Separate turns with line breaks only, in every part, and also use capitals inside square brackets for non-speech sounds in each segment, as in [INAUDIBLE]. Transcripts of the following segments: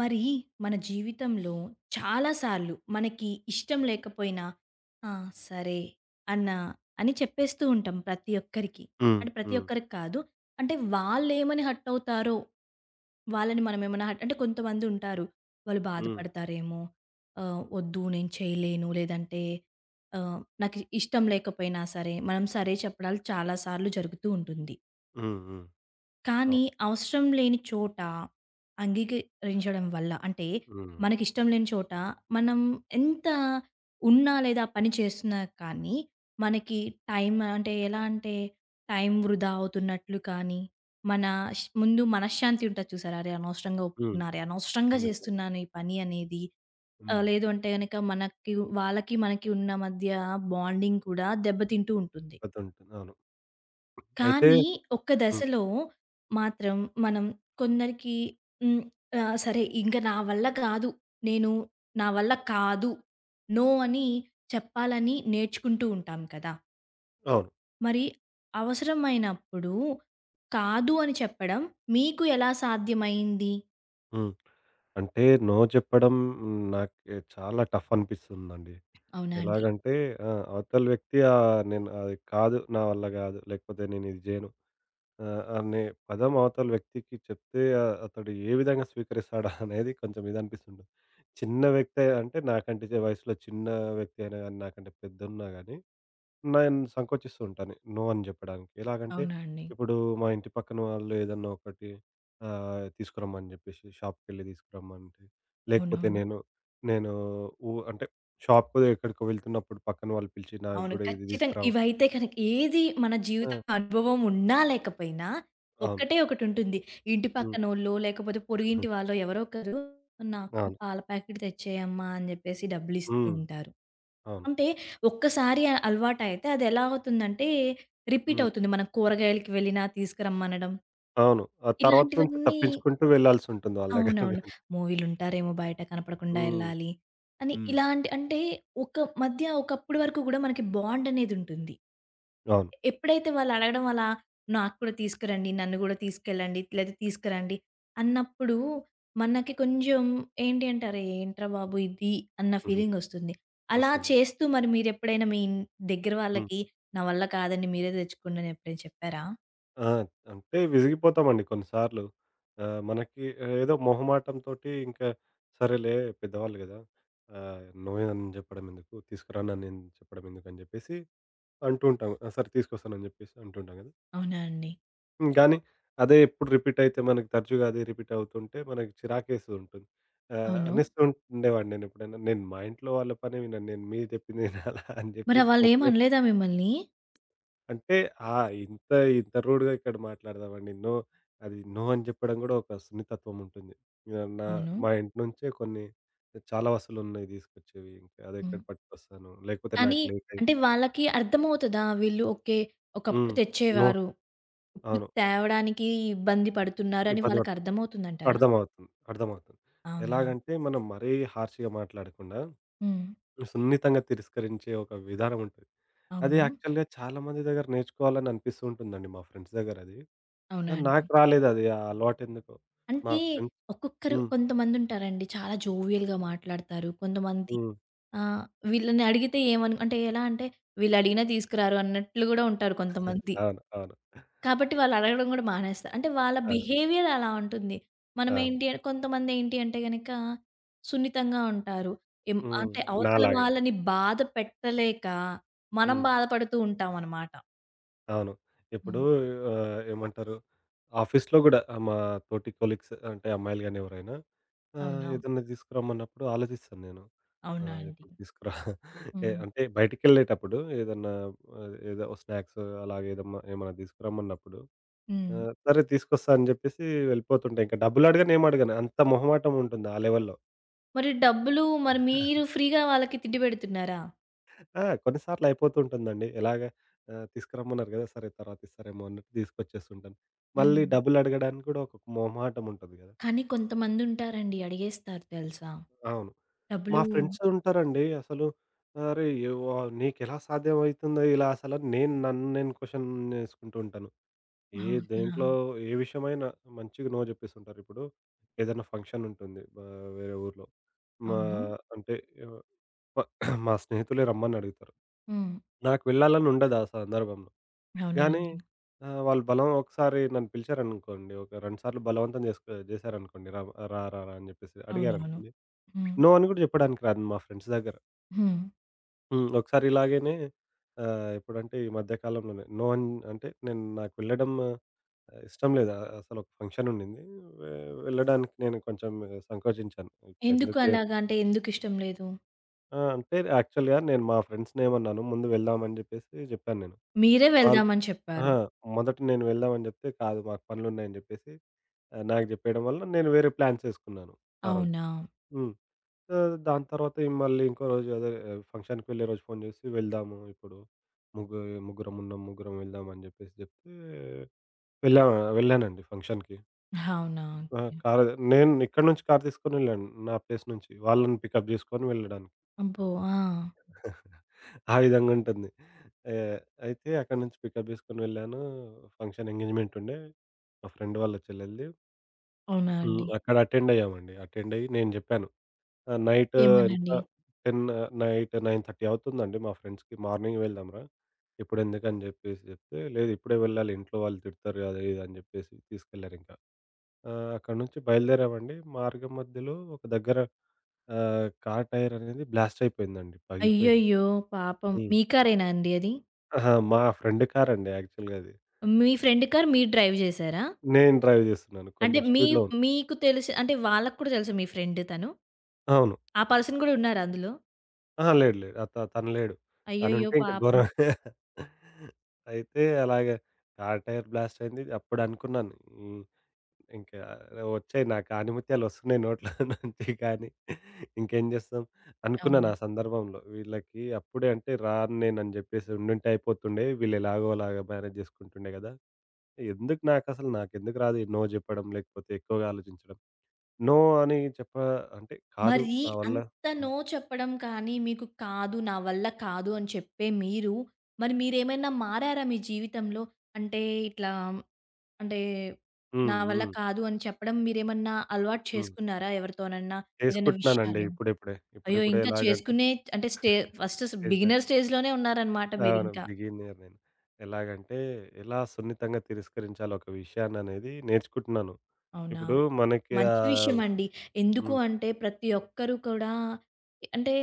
మరి మన జీవితంలో చాలా సార్లు మనకి ఇష్టం లేకపోయినా "ఆ! సరే" అన్న అని చెప్పేస్తూ ఉంటాం ప్రతి ఒక్కరికి.
హ్మ్.
అంటే ప్రతి
హ్మ్.
ఒక్కరికి కాదు. అంటే వాళ్ళేమని హర్ట్ అవుతారో, వాళ్ళని మనమేమన్నా హర్ట్ అంటే కొంతమందుంటారు. వాళ్ళు
హ్మ్.
బాధపడతారేమో, "వద్దు నేను చేయలేను" లేదంటే "నాకు ఇష్టం లేకపోయినా సరే" మనం సరే చెప్పడాలు చాలా సార్లు జరుగుతూ ఉంటుంది.
హ్మ్. హ్మ్.
కానీ
అవును.
అవసరం లేని చోట అంగీకరించడం వల్ల అంటే
హ్మ్.
మనకిష్టం లేని చోట మనం ఎంత ఉన్నా లేదా పని చేస్తున్నా కానీ మనకి టైం అంటే ఎలా అంటే టైం వృధా అవుతున్నట్లు కానీ మన ముందు మనశ్శాంతి ఉంటుంది చూసారా అరే అనవసరంగా
హ్మ్.
ఒప్పుకున్నారే అనవసరంగా
నిజంగా.
చేస్తున్నాను ఈ పని అనేది
హ్మ్.
లేదు అంటే కనుక మనకి వాళ్ళకి మనకి ఉన్న మధ్య బాండింగ్ కూడా దెబ్బతింటూ ఉంటుంది
అదుంటుంది. అవును. అయితే
కానీ ఒక్క
హ్మ్.
దశలో మాత్రం మనం కొందరికి హ్మ్. సరే ఇంక నా వల్ల కాదు. నేను నా వల్ల కాదు. నో అని చెప్పాలని నేర్చుకుంటూ ఉంటాం కదా!
అవును.
మరి అవసరమైనప్పుడు కాదు అని చెప్పడం మీకు ఎలా సాధ్యమైంది?
హ్మ్. అంటే నో చెప్పడం నాకు చాలా టఫ్ అనిపిస్తుందండి.
అవునా అండి?
ఎలాగంటే ఆ! అవతల వ్యక్తి నేను అది కాదు, నా వల్ల కాదు, లేకపోతే నేను ఇది చేయను అనే పదం అవతల వ్యక్తికి చెప్తే అతడు ఏ విధంగా స్వీకరిస్తాడా [LAUGHS] అనేది కొంచెం ఇది అనిపిస్తుంటుంది. చిన్న వ్యక్తే అంటే నాకంటే వయసులో చిన్న వ్యక్తి అయినా గాని, నాకంటే పెద్దన్నా గాని నేను సంకోచిస్తూ ఉంటాను. నో అని జెప్పడానికి. ఎలాగంటే,
అవునా అండి?
ఇప్పుడు మా ఇంటి పక్కన వాళ్ళు ఏదన్నా ఒకటి తీసుకురమ్మని జెప్పేసి షాప్‌కెళ్ళి తీసుకురమ్మంటే, లేకపోతే
అవునవును.
నేను, నేను ఊ అంటే షాప్‌కో ఎక్కడికో వెళ్తున్నప్పుడు పక్కన వాళ్ళు పిలిచి నాకు
అవును.
గూడా ఇది
ఖచ్చితంగా.
తీసుకురావా
ఇవైతే కనుక ఏది మన
ఆ!
జీవిత అనుభవం ఉన్నా లేకపోయినా
అవును.
ఒక్కటే ఒకటుంటుంది. ఇంటి
హ్మ్.
పక్కనోళ్ళో లేకపోతే పొరుగింటి
[LAUGHS]
వాళ్ళో ఎవరో ఒకరు నాకు కూడా
అవును.
పాల ప్యాకెట్ తెచ్చేయమ్మా అని జెప్పేసి డబ్బులిస్తూ
హ్మ్.
ఉంటారు.
అవును.
అంటే ఒక్కసారి అలవాటయితే అదెలా అవుతుందంటే రిపీట్
హ్మ్.
అవుతుంది. మనం కూరగాయలకి వెళ్ళినా తీసుకురమ్మనడం.
అవును. ఆ తర్వాత నుంచి
ఇలాంటివన్నీ
తప్పించుకుంటూ వెళ్ళాల్సుంటుంది వాళ్ళ దగ్గర
అవునవును.
[LAUGHS] నుంచి.
మూవీలుంటారేమో బయట కనపడకుండా
హ్మ్.
ఎళ్ళాలి అని
హ్మ్.
ఇలాంటి అంటే ఒక మధ్య ఒకప్పుడు వరకు గూడా మనకి బాండనేదుంటుంది.
అవును.
ఎప్పుడైతే వాళ్ళడగడం అలా, "నాకు కూడా తీసుకురండి, నన్ను గూడా తీసుకెళ్ళండి, లేదా తీసుకురండి" అన్నప్పుడు మనకి కొంచెం ఏంటి అంటే, "అరే! ఏంట్రా బాబు ఇది" అన్న
[LAUGHS] హుహు.
ఫీలింగొస్తుంది. అలా
వస్తుంది.
చేస్తూ మరి మీరెప్పుడైనా మీ దగ్గర
హ్మ్.
వాళ్ళకి, "నా వల్ల కాదండి, మీరే తెచ్చుకోండి" అని ఎప్పుడైనా చెప్పారా?
ఆ! అంటే విసిగిపోతామండి కొన్నిసార్లు. మనకి ఏదో మొహమాటంతోటి ఇంకా సరేలే పెద్దవాళ్ళు గదా! ఆహ్, "నువ్వే అని చెప్పడం ఎందుకు? తీసుకురా అన్న నేను చెప్పడం ఎందుకు?" అని జెప్పేసి అంటూ ఉంటాం. "ఆ! సరే తీసుకొస్తానని" జెప్పేసి అంటుంటాం గదా!
అవునా అండి?
గానీ అదే ఎప్పుడు రిపీట్ అయితే మనకి తరచుగా అదే రిపీట్ అవుతుంటే మనకి చిరాకేస్తూ ఉంటుంది.
అవును.
అనేస్తూ ఉండేవాడిని నేనెప్పుడైనా, "నేను మా ఇంట్లో వాళ్ళ పనే వినను. నేను మీరు చెప్పింది వినాలా?" అని
మరి
జెప్పేసి
వాళ్ళేం
కోపంగా
అనలేదా మిమ్మల్ని?
అంటే ఆ! ఇంత ఇంత రూడ్‌గా ఇక్కడ మాట్లాడదామండి. నో అది నో అని చెప్పడం గూడా ఒక సున్నితత్వం ఉంటుంది. ఇగ నా
అవును.
మా ఇంటి నుంచే కొన్ని చాలా వస్తువులున్నాయి తీసుకొచ్చేవి. ఇంకా
హ్మ్.
అదెక్కడ పట్టుకొస్తాను. లేకపోతే
కానీ
నాకు లేట్ అయి
అంటే వాళ్ళకి అర్థమవుతదా? వీళ్ళు ఓకే. ఒకప్పుడు
హ్మ్. నో
తెచ్చేవారు. ఇప్పుడు
అవును.
తేవడానికి ఇబ్బంది పడుతున్నారు అని
ఇబ్బంది పడుతుంది.
వాళ్ళకర్థమవుతుందంటారా?
అర్థమవుతుంది. అర్థమవుతుంది.
అవునా?
ఎలాగంటే మనం మరీ హార్ష్‌గా మాట్లాడకుండా
హ్మ్.
సున్నితంగా తిరస్కరించే ఒక విధానం ఉంటది. అది
అవును.
యాక్చువల్‌గా చాలా మంది దగ్గర నేర్చుకోవాలని అనిపిస్తూ ఉంటుందండి మా ఫ్రెండ్స్ దగ్గర అది.
అవునా
కానీ
అండి?
నాకు రాలేదది ఆ అలవాటెందుకో. మా
అంటే
ఫ్రెండ్స్
ఒక్కొక్కరు
హ్మ్.
కొంతమందుంటారండి చాలా జోవియల్‌గా మాట్లాడతారు. కొంతమంది
హ్మ్.
ఆహ్, వీళ్ళని అడిగితే ఏమను అంటే ఎలా అంటే వీళ్ళడిగినా తీసుకురారు అన్నట్లు గూడా ఉంటారు కొంతమంది.
అవును. అవును.
కాబట్టి వాళ్ళు అడగడం గూడా మానేస్తారు. అంటే వాళ్ళ
ఆ!
బిహేవియర్ అలా ఉంటుంది.
అవును.
మనమేంటి అంటే కొంతమందేంటి అంటే గనక సున్నితంగా ఉంటారు. ఎం
హ్మ్.
అంటే అవతల
నాలాగే.
వాళ్ళని బాధ పెట్టలేక మనం
హ్మ్.
బాధపడుతూ ఉంటామనమాట.
అవును. ఇప్పుడు
హ్మ్.
ఏమంటారు ఆఫీస్‌లో గూడా మా తోటి కొలీగ్స్ అంటే అమ్మాయిలు గాని ఎవరైనా
అవునా?
ఏదన్నా తీసుకురమ్మన్నప్పుడు ఆలోచిస్తాను నేను. ఆ!
అవునా అండి?
ఇప్పుడు తీసుకురా ఏ
హ్మ్.
అంటే బయటికెళ్ళేటప్పుడు ఏదన్నా ఏదో స్నాక్స్ అలాగే ఏదమ్మా ఏమన్నా తీసుకురమ్మన్నప్పుడు ఆ!
హ్మ్.
సరే తీసుకొస్తా అని జెప్పేసి వెళ్ళిపోతుంటా. ఇంక డబ్బులడగను, ఏమడగను. అంత మొహమాటం ఉంటుంది ఆ లెవెల్‌లో.
మరి డబ్బులు మరి మీరు ఫ్రీగా వాళ్ళకి తిండి పెడుతున్నారా?
ఆ! కొన్ని సార్లు అయిపోతూ ఉంటుందండి. ఎలాగ తీసుకురమ్మన్నారు గదా! సరే తర్వాత ఇస్తారేమో అన్నట్టు తీసుకొచ్చేస్తుంటాను. మళ్ళీ
హ్మ్.
డబ్బులడగడానికి గూడా ఒక మొహమాటం ఉంటది గదా!
కానీ కొంతమందుంటారండి అడిగేస్తారు తెలుసా?
అవును. మా
డబ్బులు
ఫ్రెండ్స్ ఉంటారండి అసలు "అరే! ఎవ నీకెలా సాధ్యమవుతుందో ఇలా అసలని" నేను నన్ను నేను క్వెషన్ చేసుకుంటూ ఉంటాను. ఏ
అవునా?
దేంట్లో ఏ విషయమైనా మంచిగా నో చెప్పేస్తుంటారు. ఇప్పుడు ఏదైనా ఫంక్షన్ ఉంటుంది బా వేరే ఊర్లో. మా
అవును.
అంటే ఆహ్, మ [CLEARS THROAT] మా స్నేహితులే రమ్మని అడుగుతారు.
హ్మ్.
నాకు వెళ్ళాలని ఉండదు ఆ సందర్భంలో.
అవునా
గానీ
అండి?
వాళ్ళు బలం ఒకసారి నన్ను పిలిచారనుకోండి, ఒక 2 సార్లు బలవంతం చేసుకు చేశారనుకోండి. రా రా రా రా అని చెప్పేసి
అవునవును.
అడిగారనుకోండి.
హ్మ్.
నో అని కూడా చెప్పడానికి రాదు మా ఫ్రెండ్స్ దగ్గర.
హ్మ్.
హ్మ్. ఒకసారి ఇలాగనే ఎప్పుడంటే ఈ మధ్య కాలంలోనే నో అన్ అంటే నేను నాకు వెళ్ళడం ఇష్టం లేదు. అసలు ఒక ఫంక్షన్ ఉండింది. వె వెళ్ళడానికి నేను కొంచెం సంకోచించాను. ఇప్పుడు
ఎందుకు
ఎందుకులే
అలాగా? అంటే ఎందుకిష్టం లేదు?
ఆ! అంటే యాక్చువల్‌గా నేను మా ఫ్రెండ్స్‌ని ఏమన్నాను, ముందు వెళ్దాం అని జెప్పేసి జెప్పాను నేను.
మీరే
వాళ్ళు
వెళ్దామని చెప్పారు.
అహా! మొదట నేను వెళ్దాం అని జెప్తే, కాదు మాకు పనులున్నాయని జెప్పేసి నాకు జెప్పేయడం వల్ల నేను వేరే ప్లాన్స్ ఏసుకున్నాను ఆ రోజు.
అవునా?
హ్మ్. సో, దాని తర్వాత మళ్ళీ ఇంకో రోజు అదే ఫంక్షన్‌కి వెళ్ళే రోజు ఫోను జేసి వెళ్దాము ఇప్పుడు ముగ్గు ముగ్గురం ఉన్నాం, ముగ్గురం వెళ్దాం అని జెప్పేసి జెప్తే వెళ్ళా వెళ్ళానండి ఫంక్షన్‌కి.
అవునా?
ఆ!
ఓకే.
కారు నేను ఇక్కడి నుంచి కారు తీసుకొని వెళ్ళాను. నా ప్లేస్ నుంచి. వాళ్ళని పికప్ చేసుకొని వెళ్ళడానికి.
అబ్బో! ఆ!
[LAUGHS] ఆ విధంగా ఉంటుంది. ఆహ్, అయితే అక్కడి నుంచి పికప్ చేసుకొని వెళ్ళాను. ఫంక్షన్ ఎంగేజ్‌మెంట్ ఉండే. మా ఫ్రెండ్ వాళ్ళ చెల్లెలిది.
అవునా
హ్మ్.
అండి?
అక్కడ అటెండ్ అయ్యామండి. అటెండ్ అయ్యి నేను చెప్పాను. ఆహ్, నైట్ ఎంత
ఏమనండి?
10 నైట్ 9:30 అవుతుందండి మా ఫ్రెండ్స్‌కి. మార్నింగ్ వెళ్దాంరా. ఇప్పుడెందుకని చెప్పేసి చెప్తే, లేదు ఇప్పుడే వెళ్ళాలి ఇంట్లో వాళ్ళు తిడతారు అది ఇది అని చెప్పేసి తీసుకెళ్లారింక. ఆ! అక్కడి నుంచి బయలుదేరామండి. మార్గం మధ్యలో ఒక దగ్గర కార్ టైర్ అనేది బ్లాస్ట్ అయిపోయిందండి. పగిలిపోయింది.
అయ్యయ్యో! పాపం.
హ్మ్.
మీ కారేనా అండి అది?
అహా! మా ఫ్రెండ్ కారండి యాక్చువల్‌గా అది.
మీ ఫ్రెండ్ కార్ మీరు డ్రైవ్ చేసారా?
నేను డ్రైవ్ చేస్తున్నాను.
అంటే
కొంచెం
మీ
స్పీడ్‌లో ఉన్
మీకు తెలిసి అంటే వాళ్ళకి కూడా తెలుసా మీ ఫ్రెండ్ తను?
అవును.
ఆ పర్సన్ గూడా ఉన్నారా అందులో?
అహా! లేడు లేడు. అత తను లేడు.
అయ్యయ్యో!
తనుంటే ఇంక
పాపం.
ఘోరం. [LAUGHS] అయితే అలాగా కార్ టైర్ బ్లాస్ట్ అయింది. అప్పుడు అనుకున్నాను. హ్మ్. ఇంకా వచ్చాయి నాకు ఆనిముత్యాలొస్తున్నాయి నోట్లో [LAUGHS] నుంచి కానీ ఇంకేం జేస్తాం. అనుకున్నాను
అవును.
ఆ సందర్భంలో వీళ్ళకి అప్పుడే అంటే రాను నేనని జెప్పేసి ఉండుంటే అయిపోతుండే. వీళ్ళు ఎలాగో అలాగా మేనేజ్ జేసుకుంటుండే గదా! ఎందుకు నాకసలు నాకెందుకు రాదు ఈ నో జెప్పడం లేకపోతే ఎక్కువగా ఆలోచించడం. నో అని చెప్ప అంటే కాదు
మరి
నా వల్ల
అంత
హ్మ్.
నో చెప్పడం కానీ, మీకు కాదు, నా వల్ల కాదు అని చెప్పే మీరు, మరి మీరేమైనా మారారా మీ జీవితంలో? అంటే ఇట్లా అంటే నా
హ్మ్.
వల్ల
హ్మ్.
కాదు అని చెప్పడం మీరేమన్నా అలవాటు
హ్మ్.
చేసుకున్నారా ఎవరితోనన్నా ఏదైనా
చేసుకుంటున్నానండి
విషయాల్లో?
ఇప్పుడిప్పుడే.
అయ్యో!
ఇప్పుడిప్పుడే
ఇంకా
ఎలాగంటే
చేసుకునే అంటే స్టే
[LAUGHS]
ఫస్ట్
స్టేజ్‌లో
బిగినర్ స్టేజ్‌లోనే ఉన్నారనమాట
అవును.
మీరింకా.
బిగినియర్ నేను. ఎలాగంటే, ఎలా సున్నితంగా తిరస్కరించాలో ఒక విషయాన్ననేది నేర్చుకుంటున్నాను.
అవునా!
ఇప్పుడు మనకి
మంచి
ఆహ్,
విషయమండి. ఎందుకు
హ్మ్.
అంటే ప్రతి ఒక్కరు కూడా అంటే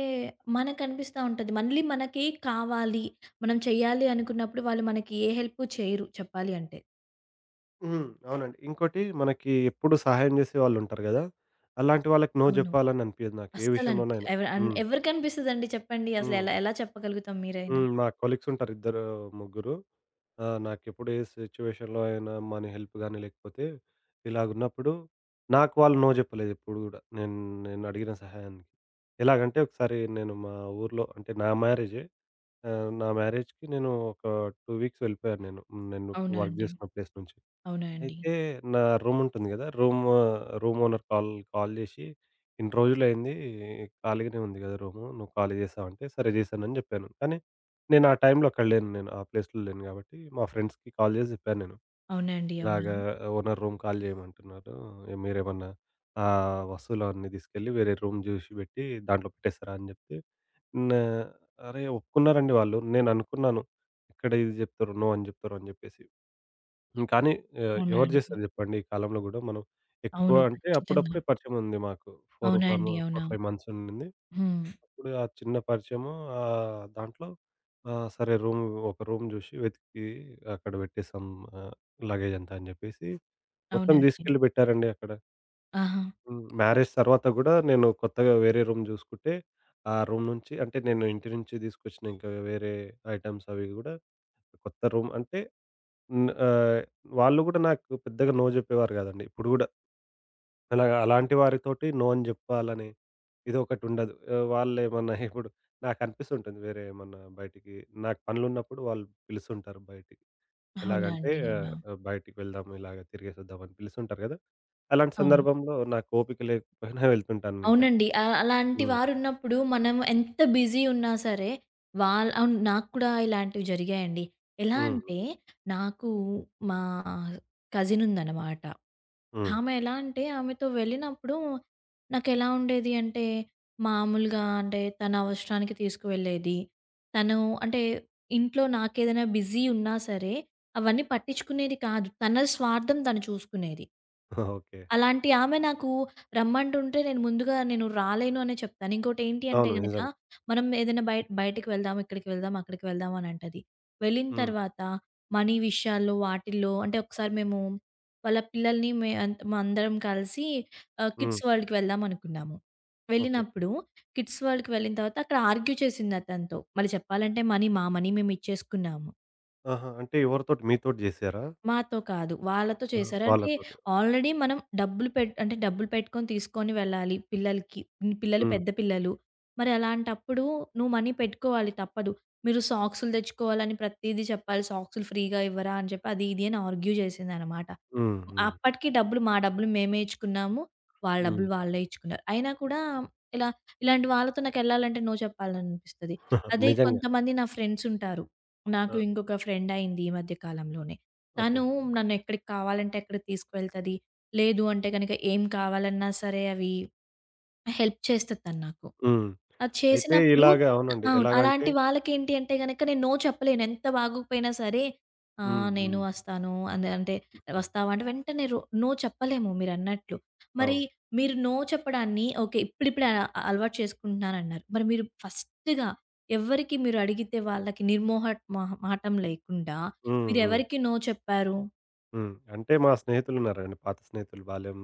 మనకనిపిస్తా ఉంటది. మళ్ళీ మనకి కావాలి, మనం చేయాలి అనుకున్నప్పుడు వాళ్ళు మనకి ఏ హెల్పు చేయరు చెప్పాలి అంటే.
హ్మ్. అవునండి. ఇంకోటి మనకి ఎప్పుడు సహాయం జేసే వాళ్ళుంటారు గదా! అలాంటి వాళ్ళకి నో
అవును.
జెప్పాలని అనిపియదు నాకు. ఏ
అస్సలనిపించదు.
విషయంలోనైనా.
ఎవ అన్
హ్మ్.
ఎవరికనిపిస్తదండి చెప్పండి? అసలు
హ్మ్.
ఎలా ఎలా చెప్పగలుగుతాం మీరైనా?
హ్మ్. మా కొలీగ్స్ ఉంటారు. ఇద్దరు, ముగ్గురు. ఆ! నాకెప్పుడు ఏ సిట్యుయేషన్‌లో అయినా మనీ హెల్ప్ గాని, లేకపోతే ఇలాగున్నప్పుడు నాకు వాళ్ళు నో జెప్పలేదెప్పుడు గూడా. నేను నేనడిగిన సహాయానికి. ఎలాగంటే ఒకసారి నేను మా ఊర్లో అంటే నా మ్యారేజే. నా మ్యారేజ్‌కి నేను ఒక 2 వీక్స్ వెళ్ళిపోయాను నేను. నేను
అవునా
వర్క్
అండి.
జేస్తున్న ప్లేస్ నుంచి.
అవునా అండి.
అయితే నా రూమ్ ఉంటుంది గదా! Room, room owner call call జేసి, "ఇన్ని రోజులయింది ఖాళీగానే ఉంది గదా రూము. నువ్వు ఖాళీ జేసావా?" అంటే, "సరే జేశానని" జెప్పాను. కానీ నేను ఆ టైంలో అక్కడ లేను. నేను ఆ ప్లేస్‌లో లేను గాబట్టి, మా ఫ్రెండ్స్‌కి కాల్ జేసి జెప్పాను నేను.
అవునా అండి. అవునా!
ఇలాగా ఓనర్ రూమ్ ఖాళీ జేయమంటున్నారు. మీరేమన్నా ఆ వస్తువులవన్నీ తీసుకెళ్ళి వేరే రూమ్ జూసి బెట్టి దాంట్లో పెట్టేస్తారా అని జెప్తే, నా అరే! ఒప్పుకున్నారండి వాళ్ళు. నేననుకున్నాను, ఎక్కడ ఇది జెప్తారో, నో అని జెప్తారో అని జెప్పేసి. హ్మ్. కానీ
అవునా
ఎవరు
అండి.
జేస్తారు జెప్పండి? ఈ కాలంలో గూడా మనం ఎక్కువ
అవును.
అంటే
ఖచ్చితంగా.
అప్పుడప్పుడే పరిచయం ఉంది మాకు. 4,
అవునా
4
అండి.
4,
అవునా!
5 మంత్స్ ఉండింది.
హ్మ్.
అప్పుడు ఆ చిన్న పరిచయము దాంట్లో సరే రూమ్ ఒక రూమ్ జూసి వెతికి అక్కడ పెట్టేసాం ఆహ్, లగేజ్ అంతా అని జెప్పేసి మొత్తం
అవునా అండి.
దీసుకెళ్ళి పెట్టారండి అక్కడ.
ఆహా!
హ్మ్. మ్యారేజ్ తర్వాత గూడా నేను కొత్తగా వేరే రూమ్ జూసుకుంటే, ఆ రూమ్ నుంచి అంటే నేను ఇంటి నుంచి దీసుకొచ్చిన ఇంకా వేరే ఐటెమ్స్ అవి గూడా కొత్త రూమ్ అంటే హ్మ్. వాళ్ళు గూడా నాకు పెద్దగా నో జెప్పేవారు గాదండి. ఇప్పుడు గూడా. అలాగ అలాంటి వారితోటి నో అని జెప్పాలని ఇదొకటుండదు. ఆహ్, వాళ్ళేమన్నా [LAUGHS] ఇప్పుడు నాకనిపిస్తుంటుంది వేరే ఏమన్నా బయటికి నాకు పనులున్నప్పుడు వాళ్ళు పిలుస్తుంటారు బయటికి.
అవునా
ఎలాగంటే
అండి. అవునా!
బయటికి వెళ్దాం ఇలాగ తిరిగేసొద్దాం అని పిలుస్తుంటారు గదా! అలాంటి
అవును.
సందర్భంలో నాకు ఓపిక లేకపోయినా వెళ్తుంటానింకా.
అవునండి. అలాంటి
హ్మ్.
వారున్నప్పుడు మనం ఎంత బిజీ ఉన్నా సరే, వాళ్ అవును. నాకు కూడా ఇలాంటివి జరిగాయండి. ఎలా
హ్మ్.
అంటే, నాకు మా కజిన్ ఉందనమాట.
హ్మ్.
ఆమె ఎలా అంటే, ఆమెతో వెళ్ళినప్పుడు నాకెలా ఉండేది అంటే, మామూలుగా అంటే తన అవసరానికి తీసుకువెళ్ళేది. తను అంటే ఇంట్లో నాకేదైనా బిజీ ఉన్నా సరే, అవన్నీ పట్టించుకునేది కాదు. తన స్వార్థం తను చూసుకునేది.
[LAUGHS] ఓకే.
అలాంటి ఆమె నాకు రమ్మంటుంటే నేను ముందుగా రాలేను అనే చెప్తాను. ఇంకోటేంటి అంటే
అవును.
గనక
నిజంగా.
మనం ఏదైనా బయటికి వెళ్దాం, ఇక్కడికి వెళ్దాం, అక్కడికి వెళ్దాం అని అంటది. వెళ్ళిన
హ్మ్.
తర్వాత మనీ విషయాల్లో వాటిల్లో అంటే ఒకసారి మేము వాళ్ళ పిల్లల్ని మే అంత మా అందరం కలిసి
హ్మ్.
కిడ్స్ వరల్డ్‌కి వెళ్దాం అనుకున్నాము.
ఓకే.
వెళ్ళినప్పుడు కిడ్స్ వరల్డ్‌కి వెళ్ళిన తర్వాత అక్కడ ఆర్గ్యూ చేసింది అతనితో. మళ్ళీ చెప్పాలంటే మనీ మా మనీ మేమిచ్చేసుకున్నాము.
ఆహా! అంటే ఎవరితోటి మీతోటి జేసారా?
మాతో కాదు. వాళ్ళతో
ఆహా!
చేశారు. అంటే
వాళ్ళతోటి.
ఆల్రెడీ మనం డబ్బులు పెట్ అంటే డబ్బులు పెట్టుకొని తీసుకొని వెళ్ళాలి పిల్లలకి. పిల్లలు
హ్మ్.
పెద్ద పిల్లలు. మరి అలాంటప్పుడు నువ్వు మనీ పెట్టుకోవాలి తప్పదు. మీరు సాక్సులు తెచ్చుకోవాలని ప్రతీదీ చెప్పాలి. సాక్సులు ఫ్రీ‌గా ఇవ్వరా అని చెప్పి అది ఇది అని ఆర్గ్యూ చేసిందనమాట.
హ్మ్. హ్మ్.
అప్పటికి డబ్బులు మా డబ్బులు మేమే ఇచ్చుకున్నాము. వాళ్ళ
హ్మ్.
డబ్బులు వాళ్ళే ఇచ్చుకున్నారు. అయినా కూడా ఇలా ఇలాంటి వాళ్ళతో నాకెళ్ళాలంటే నో చెప్పాలనిపిస్తది.
[LAUGHS]
అదే
నిజంగా.
కొంతమంది నా ఫ్రెండ్స్ ఉంటారు. నాకు
ఆ!
ఇంకొక ఫ్రెండ్ అయింది ఈ మధ్య కాలంలోనే. తను
ఓకే.
నన్ను ఎక్కడికి కావాలంటే అక్కడికి తీసుకువెళ్తది. లేదు అంటే గనక ఏం కావాలన్నా సరే అవి హెల్ప్ చేస్తది తను నాకు.
హ్మ్.
అది
అయితే
చేసినప్పుడు
ఇలాగ అవునండి.
అవును.
ఎలాగంటే
అలాంటి వాళ్ళకేంటి అంటే గనక నేను నో చెప్పలేను. ఎంత బాగోకపోయినా సరే, ఆ!
హ్మ్.
నేను
హ్మ్.
వస్తాను అని అంటే
హ్మ్.
వస్తావా? అంటే వెంటనే రో నో చెప్పలేము మీరన్నట్లు. మరి
అవును.
మీరు నో చెప్పడాన్ని ఓకే. ఇప్పుడిప్పుడే అలవాటు చేసుకుంటున్నానన్నారు. మరి మీరు ఫస్ట్‌గా ఎవరికి మీరు అడిగితే వాళ్ళకి నిర్మోహట్ మొహ మాటం లేకుండా
హ్మ్. హ్మ్.
మీరెవరికి నో చెప్పారు?
హ్మ్. అంటే మా స్నేహితులున్నారండి. పాత స్నేహితులు బాల్యం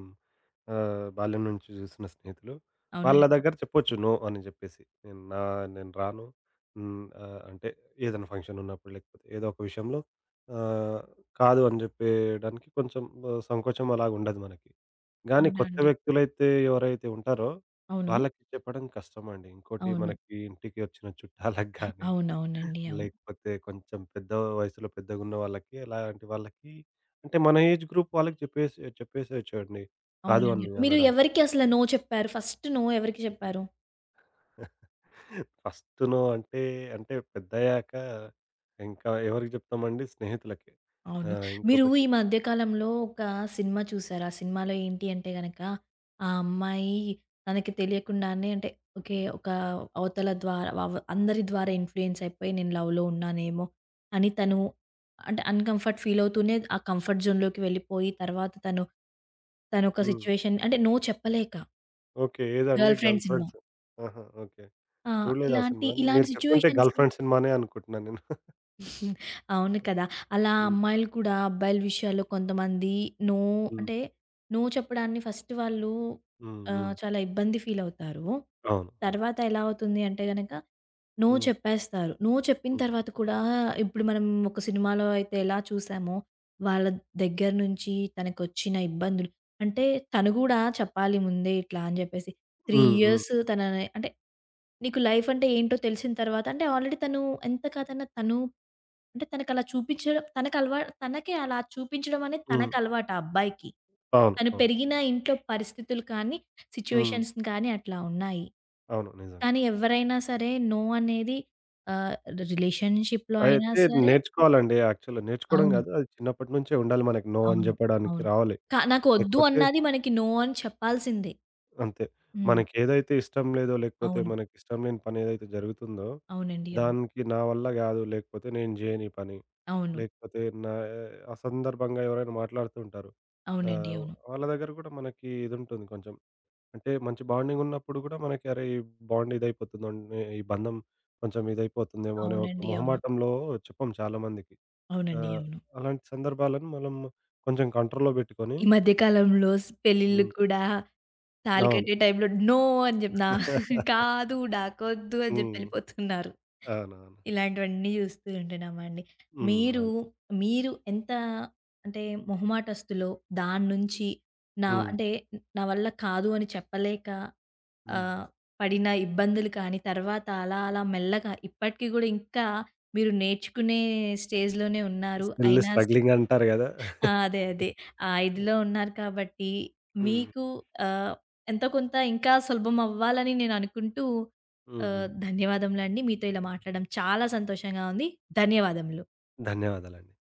బాల్యం నుంచి చూసిన స్నేహితులు.
అవునా
వాళ్ళ
అండి?
దగ్గర చెప్పొచ్చు నో అని జెప్పేసి. నేను నా నేను రాను. హ్మ్. అంటే ఏదైనా ఫంక్షన్ ఉన్నప్పుడు లేకపోతే ఏదో ఒక విషయంలో ఆహ్, కాదు అని జెప్పేయడానికి కొంచెం సంకోచం అలాగుండదు మనకి. గానీ
అవునా
కొత్త
అండి?
వ్యక్తులైతే ఎవరైతే ఉంటారో,
అవును.
వాళ్ళకి చెప్పడం కష్టమండి. ఇంకోటి
అవును.
మనకి ఇంటికి వచ్చిన చుట్టాలకు గానీ,
అవునవునండి. అవును.
లేకపోతే కొంచెం పెద్ద వయసులో పెద్దగున్న వాళ్ళకి, అలాంటి వాళ్ళకి అంటే మన ఏజ్ గ్రూప్ వాళ్ళకి చెప్పేసి చెప్పేసేయొచ్చండి. కాదు
అవునండి.
అని
మీరు
అనడానికి.
ఎవరికి అసలు నో చెప్పారు? ఫస్ట్ నో ఎవరికి చెప్పారు?
ఫస్ట్ నో అంటే, అంటే పెద్దయ్యాక ఇంకా ఎవరికి చెప్తామండి? స్నేహితులకే. ఆ!
అవును. మీరు
ఇంకొకటి
ఈ మధ్య కాలంలో ఒక సినిమా చూసారు. ఆ సినిమాలో ఏంటి అంటే గనక, ఆ అమ్మాయి తనకి తెలియకుండానే అంటే ఓకే. ఒక అవతల ద్వారా వ అందరి ద్వారా ఇన్‌ఫ్లూయెన్స్ అయిపోయి నేను లవ్‌లో ఉన్నానేమో అని తను అంటే అన్‌కంఫర్ట్ ఫీల్ అవుతూనే ఆ కంఫర్ట్ జోన్‌లోకి వెళ్ళిపోయి తర్వాత తను, తనొక
హ్మ్.
సిట్యుయేషన్ అంటే నో చెప్పలేక
ఓకే. ఏదండి
గర్ల్‌ఫ్రెండ్ సినిమా.
గర్ల్‌ఫ్రెండ్స్ ఆహా! ఓకే.
ఆ!
చూడలేదా
ఇలాంటి,
సినిమా?
ఇలాంటి
మీరు చెప్తుంటే
సిట్యుయేషన్స్
గర్ల్‌ఫ్రెండ్ సినిమానే అనుకుంటున్నాను నేను.
అవును కదా! అలా
హ్మ్.
అమ్మాయిలు కూడా అబ్బాయిల విషయాల్లో కొంతమంది నో
హ్మ్.
అంటే, నో చెప్పడాన్ని ఫస్ట్ వాళ్ళు
హ్మ్. హ్మ్.
చాలా ఇబ్బంది ఫీలవుతారు.
అవును. అవును.
తర్వాత ఎలా అవుతుంది అంటే గనక నో
హ్మ్.
చెప్పేస్తారు. నో చెప్పిన
హ్మ్.
తర్వాత కూడా ఇప్పుడు మనం ఒక సినిమాలో అయితే ఎలా చూసామో, వాళ్ళ దగ్గర నుంచి తనకొచ్చిన ఇబ్బందులు అంటే తను గూడా చెప్పాలి ముందే ఇట్లా అని జెప్పేసి 3
హ్మ్. హ్మ్.
ఇయర్స్ తనని అంటే నీకు లైఫ్ అంటే ఏంటో తెలిసిన తర్వాత అంటే ఆల్రెడీ తను ఎంత కాదన్నా తను అంటే తనకలా చూపించడం తనకలవా తనకే అలా చూపించడం అనేది
హ్మ్.
తనకలవాటు ఆ అబ్బాయికి.
అవును.
తను
అవును.
పెరిగిన ఇంట్లో పరిస్థితులు కానీ,
హ్మ్.
సిట్యుయేషన్స్ కానీ అట్లా ఉన్నాయి.
అవును. నిజంగా.
కానీ ఎవరైనా సరే నో అనేది ఆహ్, రిలేషన్‌షిప్‌లో అయినా
అయితే
సరే
నేర్చుకోవాలండి యాక్చువల్‌గా. నేర్చుకోవడం
అవును.
కాదు. అది చిన్నప్పటి నుంచే ఉండాలి మనకి నో అని
అవును.
చెప్పడానికి
అవును.
రావాలి.
క నాకు వద్దు
లేకపోతే
అన్నది మనకి నో అని చెప్పాల్సిందే.
అంతే.
హ్మ్.
మనకేదైతే ఇష్టం లేదో, లేకపోతే
అవును.
మనకిష్టం లేని పని ఏదైతే జరుగుతుందో,
అవునండి. అవును.
దానికి నా వల్ల కాదు, లేకపోతే నేను చేయను ఈ పని,
అవును.
లేకపోతే నా అసందర్భంగా ఎవరైనా మాట్లాడుతూ ఉంటారు.
అవునండి.
ఆహ్,
అవును.
వాళ్ళ దగ్గర కూడా మనకి ఇదుంటుంది కొంచెం అంటే మంచి బాండింగ్ ఉన్నప్పుడు గూడా మనకి అరే! ఈ బాండ్ ఇదైపోతుందండి. ఈ బంధం కొంచెం ఇదైపోతుందేమో అనే ఒక
అవునండి. అవును.
మొహమాటంలో చెప్పం చాలామందికి.
అవునండి.
ఆహ్,
అవును.
అలాంటి సందర్భాలను మనం కొంచెం కంట్రోల్‌లో బెట్టుకొని
ఈ మధ్య కాలంలో స్ పెళ్ళిళ్ళు
హ్మ్.
కూడా తాళి
అవును.
కట్టే టైంలో నో అని జెప్ నా [LAUGHS]
[LAUGHS]
కాదు నాకొద్దు అని జెప్పి
హ్మ్.
ఎళ్ళిపోతున్నారు.
అవునవును.
ఇలాంటివన్నీ జూస్తూ ఉంటున్నాం అండి.
హ్మ్.
మీరు,
అవును.
మీరు ఎంత అంటే మొహమాటస్తులో దాని నుంచి నా
హ్మ్.
అంటే నా వల్ల కాదు అని చెప్పలేక
హ్మ్.
ఆహ్, పడిన ఇబ్బందులు కానీ తర్వాత అలా అలా మెల్లగా ఇప్పటికి గూడా ఇంకా మీరు నేర్చుకునే స్టేజ్‌లోనే ఉన్నారు.
స్టిల్
అయినా
స్ట్రగ్లింగ్ అంటారు గదా!
ఆ! అదే. ఆ ఇదిలో ఉన్నారు కాబట్టి
హ్మ్.
మీకు ఆహ్, ఎంతో కొంత ఇంకా సులభం అవ్వాలని నేననుకుంటూ
హ్మ్. హ్మ్. [LAUGHS]
ధన్యవాదములండి. మీతో ఇలా మాట్లాడడం చాలా సంతోషంగా ఉంది. ధన్యవాదములు.
ధన్యవాదాలండి.